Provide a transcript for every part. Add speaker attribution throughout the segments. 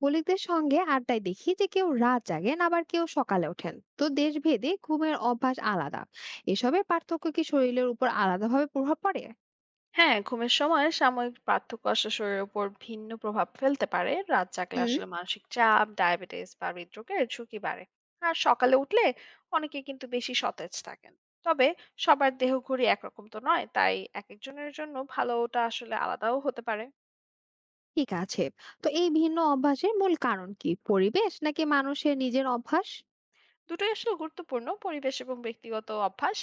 Speaker 1: কলিগদের সঙ্গে আড্ডায় দেখি যে কেউ রাত জাগেন আবার কেউ সকালে ওঠেন, তো দেশ ভেদে ঘুমের অভ্যাস আলাদা। এসবের পার্থক্য কি শরীরের উপর আলাদাভাবে প্রভাব পড়ে?
Speaker 2: হ্যাঁ, ঘুমের সময় সাময়িক পার্থক্য আসলে শরীরের উপর ভিন্ন প্রভাব ফেলতে পারে। রাত জাগলে
Speaker 1: হুম।
Speaker 2: আসলে মানসিক চাপ, ডায়াবেটিস বা হৃদরোগের ঝুঁকি বাড়ে। আর সকালে উঠলে অনেকে কিন্তু বেশি সতেজ থাকেন। তবে সবার দেহঘড়ি একরকম তো নয়, তাই এক একজনের জন্য ভালোটা আসলে আলাদাও হতে পারে।
Speaker 1: ঠিক আছে। তো এই ভিন্ন অভ্যাসের মূল কারণ কি পরিবেশ নাকি মানুষের নিজের অভ্যাস?
Speaker 2: দুটোই আসলে গুরুত্বপূর্ণ। পরিবেশ এবং ব্যক্তিগত অভ্যাস।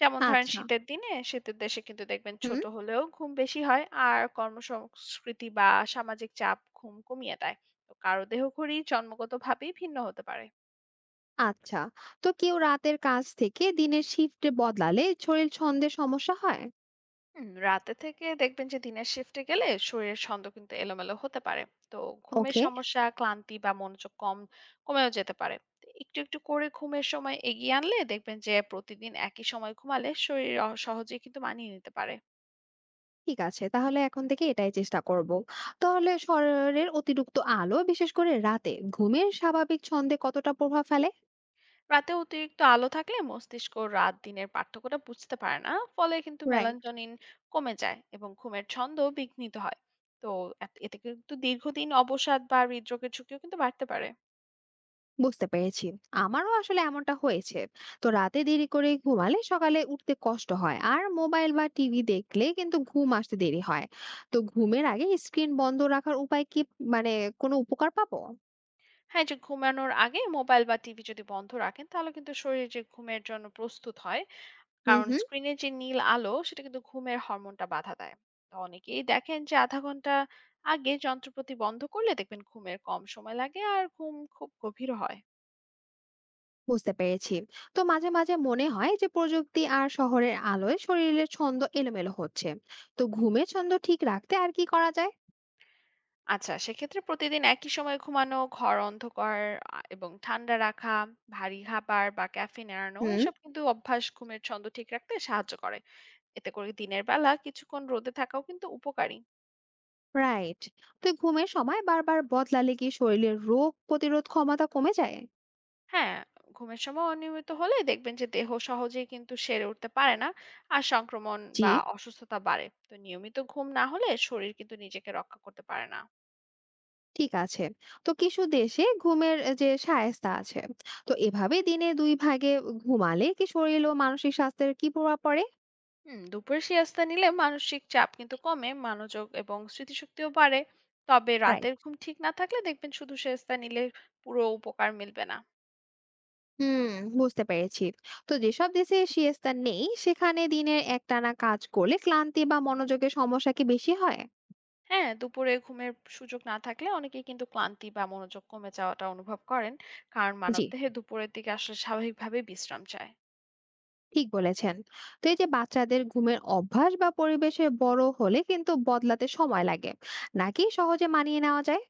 Speaker 2: যেমন ধরেন
Speaker 1: আচ্ছা।
Speaker 2: শীতের দিনে শীতের দেশে কিন্তু দেখবেন
Speaker 1: হুম।
Speaker 2: ছোট হলেও ঘুম বেশি হয়, আর কর্মসংস্কৃতি বা সামাজিক চাপ ঘুম কমিয়ে দেয়। তো কারো দেহঘড়ি জন্মগতভাবেই ভিন্ন হতে পারে।
Speaker 1: আচ্ছা। তো কেউ রাতের কাজ থেকে দিনের শিফটে বদলালে শরীর ছন্দে সমস্যা হয়?
Speaker 2: হুম, রাতে থেকে দেখবেন যে দিনের শিফটে গেলে শরীরের ছন্দ কিন্তু এলোমেলো হতে পারে। তো ঘুমের
Speaker 1: ওকে।
Speaker 2: সমস্যা, ক্লান্তি বা মনোযোগ কম কমেও যেতে পারে। তো একটু, একটু করে ঘুমের সময় এগিয়ে আনলে দেখবেন যে প্রতিদিন একই সময় ঘুমালে শরীর সহজেই কিন্তু মানিয়ে নিতে পারে।
Speaker 1: ঠিক আছে। তাহলে এখন থেকে এটাই চেষ্টা করব। তাহলে শহরের অতিরিক্ত আলো বিশেষ করে রাতে ঘুমের স্বাভাবিক ছন্দে কতটা প্রভাব ফেলে?
Speaker 2: রাতে অতিরিক্ত আলো থাকলে মস্তিষ্ক রাত দিনের পার্থক্যটা বুঝতে পারে না, ফলে কিন্তু
Speaker 1: রাইট।
Speaker 2: মেলানজনিন কমে যায় এবং ঘুমের ছন্দ বিঘ্নিত হয়। তো এতে কিন্তু দীর্ঘদিন অবসাদ বা হৃদরোগের ঝুঁকিও কিন্তু বাড়তে পারে।
Speaker 1: বুঝতে পেরেছি। আমারও আসলে এমনটা হয়েছে। তো রাতে দেরি করে ঘুমালে সকালে উঠতে কষ্ট হয় আর মোবাইল বা টিভি দেখলে কিন্তু ঘুম আসতে দেরি হয়। তো ঘুমের আগে স্ক্রিন বন্ধ রাখার উপায় কি, মানে কোনো উপকার পাবো?
Speaker 2: হ্যাঁ, এই যে ঘুমানোর আগে মোবাইল বা টিভি যদি বন্ধ রাখেন তাহলে কিন্তু শরীর যে ঘুমের জন্য প্রস্তুত হয়।
Speaker 1: হুম
Speaker 2: কারণ
Speaker 1: হুম।
Speaker 2: স্ক্রিনে যে নীল আলো সেটা কিন্তু ঘুমের হরমোনটা বাধা দেয়। তো অনেকেই দেখেন যে আধা ঘন্টা আগে যন্ত্রপাতি বন্ধ করলে দেখবেন ঘুমের কম সময় লাগে আর ঘুম খুব গভীর হয়।
Speaker 1: বুঝতে পেরেছি। তো মাঝে মাঝে মনে হয় যে প্রযুক্তি আর শহরের আলোয় শরীরের ছন্দ এলোমেলো হচ্ছে। তো ঘুমের ছন্দ ঠিক রাখতে আর কি করা যায়?
Speaker 2: আচ্ছা, সেক্ষেত্রে প্রতিদিন একই সময়ে ঘুমানো, ঘর অন্ধকার এবং ঠান্ডা রাখা, ভারী খাবার বা ক্যাফেইন এড়ানো,
Speaker 1: হুম।
Speaker 2: এসব কিন্তু অভ্যাস ঘুমের ছন্দ ঠিক রাখতে সাহায্য করে। এতে করে দিনের বেলা কিছুক্ষণ রোদে থাকাও কিন্তু উপকারী।
Speaker 1: রাইট। তো ঘুমের সময় বারবার বদলালে কি শরীরের রোগ প্রতিরোধ ক্ষমতা কমে যায়?
Speaker 2: হ্যাঁ, ঘুমের সময় অনিয়মিত হলে দেখবেন যে দেহ সহজেই কিন্তু সেরে উঠতে পারে না, আর সংক্রমণ
Speaker 1: জি,
Speaker 2: বা অসুস্থতা বাড়ে। তো নিয়মিত ঘুম না হলে শরীর কিন্তু নিজেকে রক্ষা করতে পারে না।
Speaker 1: ঠিক আছে। তো কিছু দেশে ঘুমের যে শায়েস্তা আছে, তো এভাবে দিনে ২ ভাগে ঘুমালে কি শরীর ও মানসিক স্বাস্থ্যের কি প্রভাব পড়ে?
Speaker 2: দুপুরে সিয়াস্তা নিলে মানসিক চাপ কিন্তু কমে, মনোযোগ এবং স্মৃতিশক্তিও বাড়ে। তবে
Speaker 1: রাইট।
Speaker 2: রাতের ঘুম ঠিক না থাকলে দেখবেন শুধু সিয়াস্তা নিলে পুরো উপকার মিলবে না।
Speaker 1: হুম। বুঝতে পেরেছি। তো যেসব দেশে সিয়েস্তা নেই সেখানে দিনের একটানা কাজ করলে ক্লান্তি বা মনোযোগের সমস্যা কি বেশি হয়?
Speaker 2: হ্যাঁ, দুপুরে ঘুমের সুযোগ না থাকলে অনেকেই কিন্তু ক্লান্তি বা মনোযোগ কমে যাওয়াটা অনুভব করেন, কারণ
Speaker 1: জি,
Speaker 2: মানবদেহে দুপুরের দিকে আসলে স্বাভাবিকভাবে বিশ্রাম চায়।
Speaker 1: ঠিক বলেছেন। তো এই যে বাচ্চাদের ঘুমের অভ্যাস বা পরিবেশে বড় হলে কিন্তু বদলাতে সময় লাগে নাকি সহজে মানিয়ে নেওয়া যায়?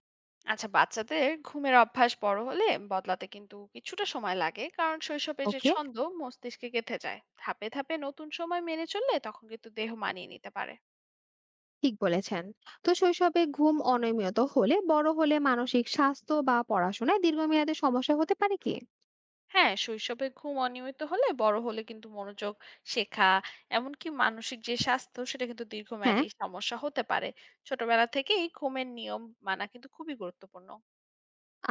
Speaker 2: আচ্ছা, বাচ্চাদের ঘুমের অভ্যাস বড় হলে বদলাতে কিন্তু কিছুটা সময় লাগে, কারণ শৈশবে যে
Speaker 1: ওকে,
Speaker 2: ছন্দ মস্তিষ্কে গেঁথে যায়, ধাপে ধাপে নতুন সময় মেনে চললে তখন কিন্তু দেহ মানিয়ে নিতে পারে।
Speaker 1: ঠিক বলেছেন। তো শৈশবে ঘুম অনিয়মিত হলে বড় হলে মানসিক স্বাস্থ্য বা পড়াশোনায় দীর্ঘমেয়াদী সমস্যা হতে পারে কি?
Speaker 2: হ্যাঁ, শৈশবে ঘুম অনিয়মিত হলে বড় হলে কিন্তু মনোযোগ, শেখা, এমনকি মানসিক যে স্বাস্থ্য সেটা কিন্তু
Speaker 1: হ্যাঁ।
Speaker 2: দীর্ঘমেয়াদী সমস্যা হতে পারে। ছোটবেলা থেকেই ঘুমের নিয়ম মানা কিন্তু খুবই গুরুত্বপূর্ণ।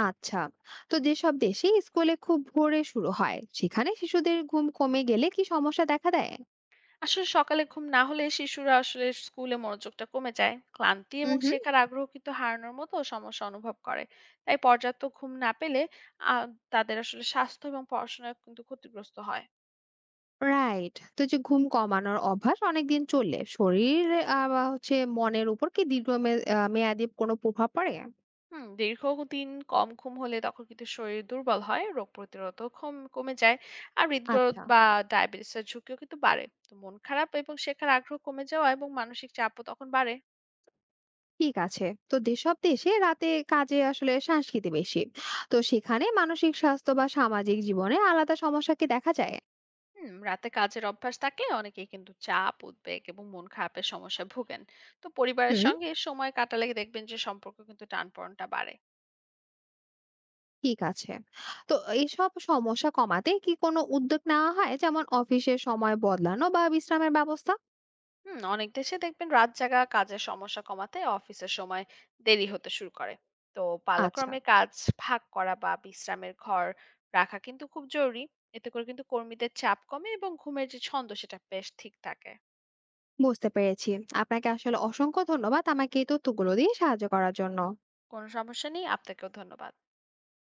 Speaker 1: আচ্ছা। তো যেসব দেশে স্কুলে খুব ভোরে শুরু হয় সেখানে শিশুদের ঘুম কমে গেলে কি সমস্যা দেখা দেয়?
Speaker 2: আসলে সকালে ঘুম না হলে শিশুরা আসলে স্কুলে মনোযোগটা কমে যায়, ক্লান্তি
Speaker 1: হুম
Speaker 2: এবং
Speaker 1: হুম।
Speaker 2: শেখার আগ্রহ কিন্তু হারানোর মতো সমস্যা অনুভব করে। তাই পর্যাপ্ত ঘুম না পেলে আ তাদের আসলে স্বাস্থ্য এবং পড়াশোনায় কিন্তু ক্ষতিগ্রস্ত হয়।
Speaker 1: রাইট। তো যে ঘুম কমানোর অভ্যাস অনেকদিন চললে শরীর বা হচ্ছে মনের উপর কি দীর্ঘ মেয়াদি কোনো প্রভাব পড়ে?
Speaker 2: দীর্ঘদিন কম ঘুম হলে তখন কিন্তু শরীর দুর্বল হয়, রোগ প্রতিরোধ ক্ষম কমে যায়, আর হৃদরোগ
Speaker 1: আচ্ছা।
Speaker 2: বা ডায়াবেটিসের ঝুঁকিও কিন্তু বাড়ে। তো মন খারাপ এবং শেখার আগ্রহ কমে যাওয়া এবং মানসিক চাপও তখন বাড়ে।
Speaker 1: ঠিক আছে। তো যেসব দেশে রাতে কাজে আসলে সংস্কৃতি বেশি, তো সেখানে মানসিক স্বাস্থ্য বা সামাজিক জীবনে আলাদা সমস্যা কি দেখা যায়?
Speaker 2: রাতে কাজের অভ্যাস থাকলে অনেকেই কিন্তু চাপ, উদ্বেগ এবং মন খারাপের সমস্যায় ভোগেন। তো পরিবারের সঙ্গে সময় কাটালে দেখবেন যে সম্পর্ক কিন্তু টানপোড়েনটা বাড়ে।
Speaker 1: ঠিক আছে। তো এসব সমস্যা কমাতে কি কোনো উদ্যোগ নেওয়া হয়? যেমন অফিসের সময় বদলানো বা বিশ্রামের ব্যবস্থা?
Speaker 2: অনেক দেশে দেখবেন রাত জাগা কাজের সমস্যা কমাতে অফিসের সময় দেরি হতে শুরু করে। তো
Speaker 1: আচ্ছা,
Speaker 2: পালাক্রমে কাজ ভাগ করা বা বিশ্রামের ঘর রাখা কিন্তু খুব জরুরি। এতে করে কিন্তু কর্মীদের চাপ কমে এবং ঘুমের যে ছন্দ সেটা বেশ ঠিক থাকে।
Speaker 1: বুঝতে পেরেছি। আপনাকে আসলে অসংখ্য ধন্যবাদ আমাকে এই তথ্যগুলো দিয়ে সাহায্য করার জন্য।
Speaker 2: কোনো সমস্যা নেই, আপনাকেও ধন্যবাদ।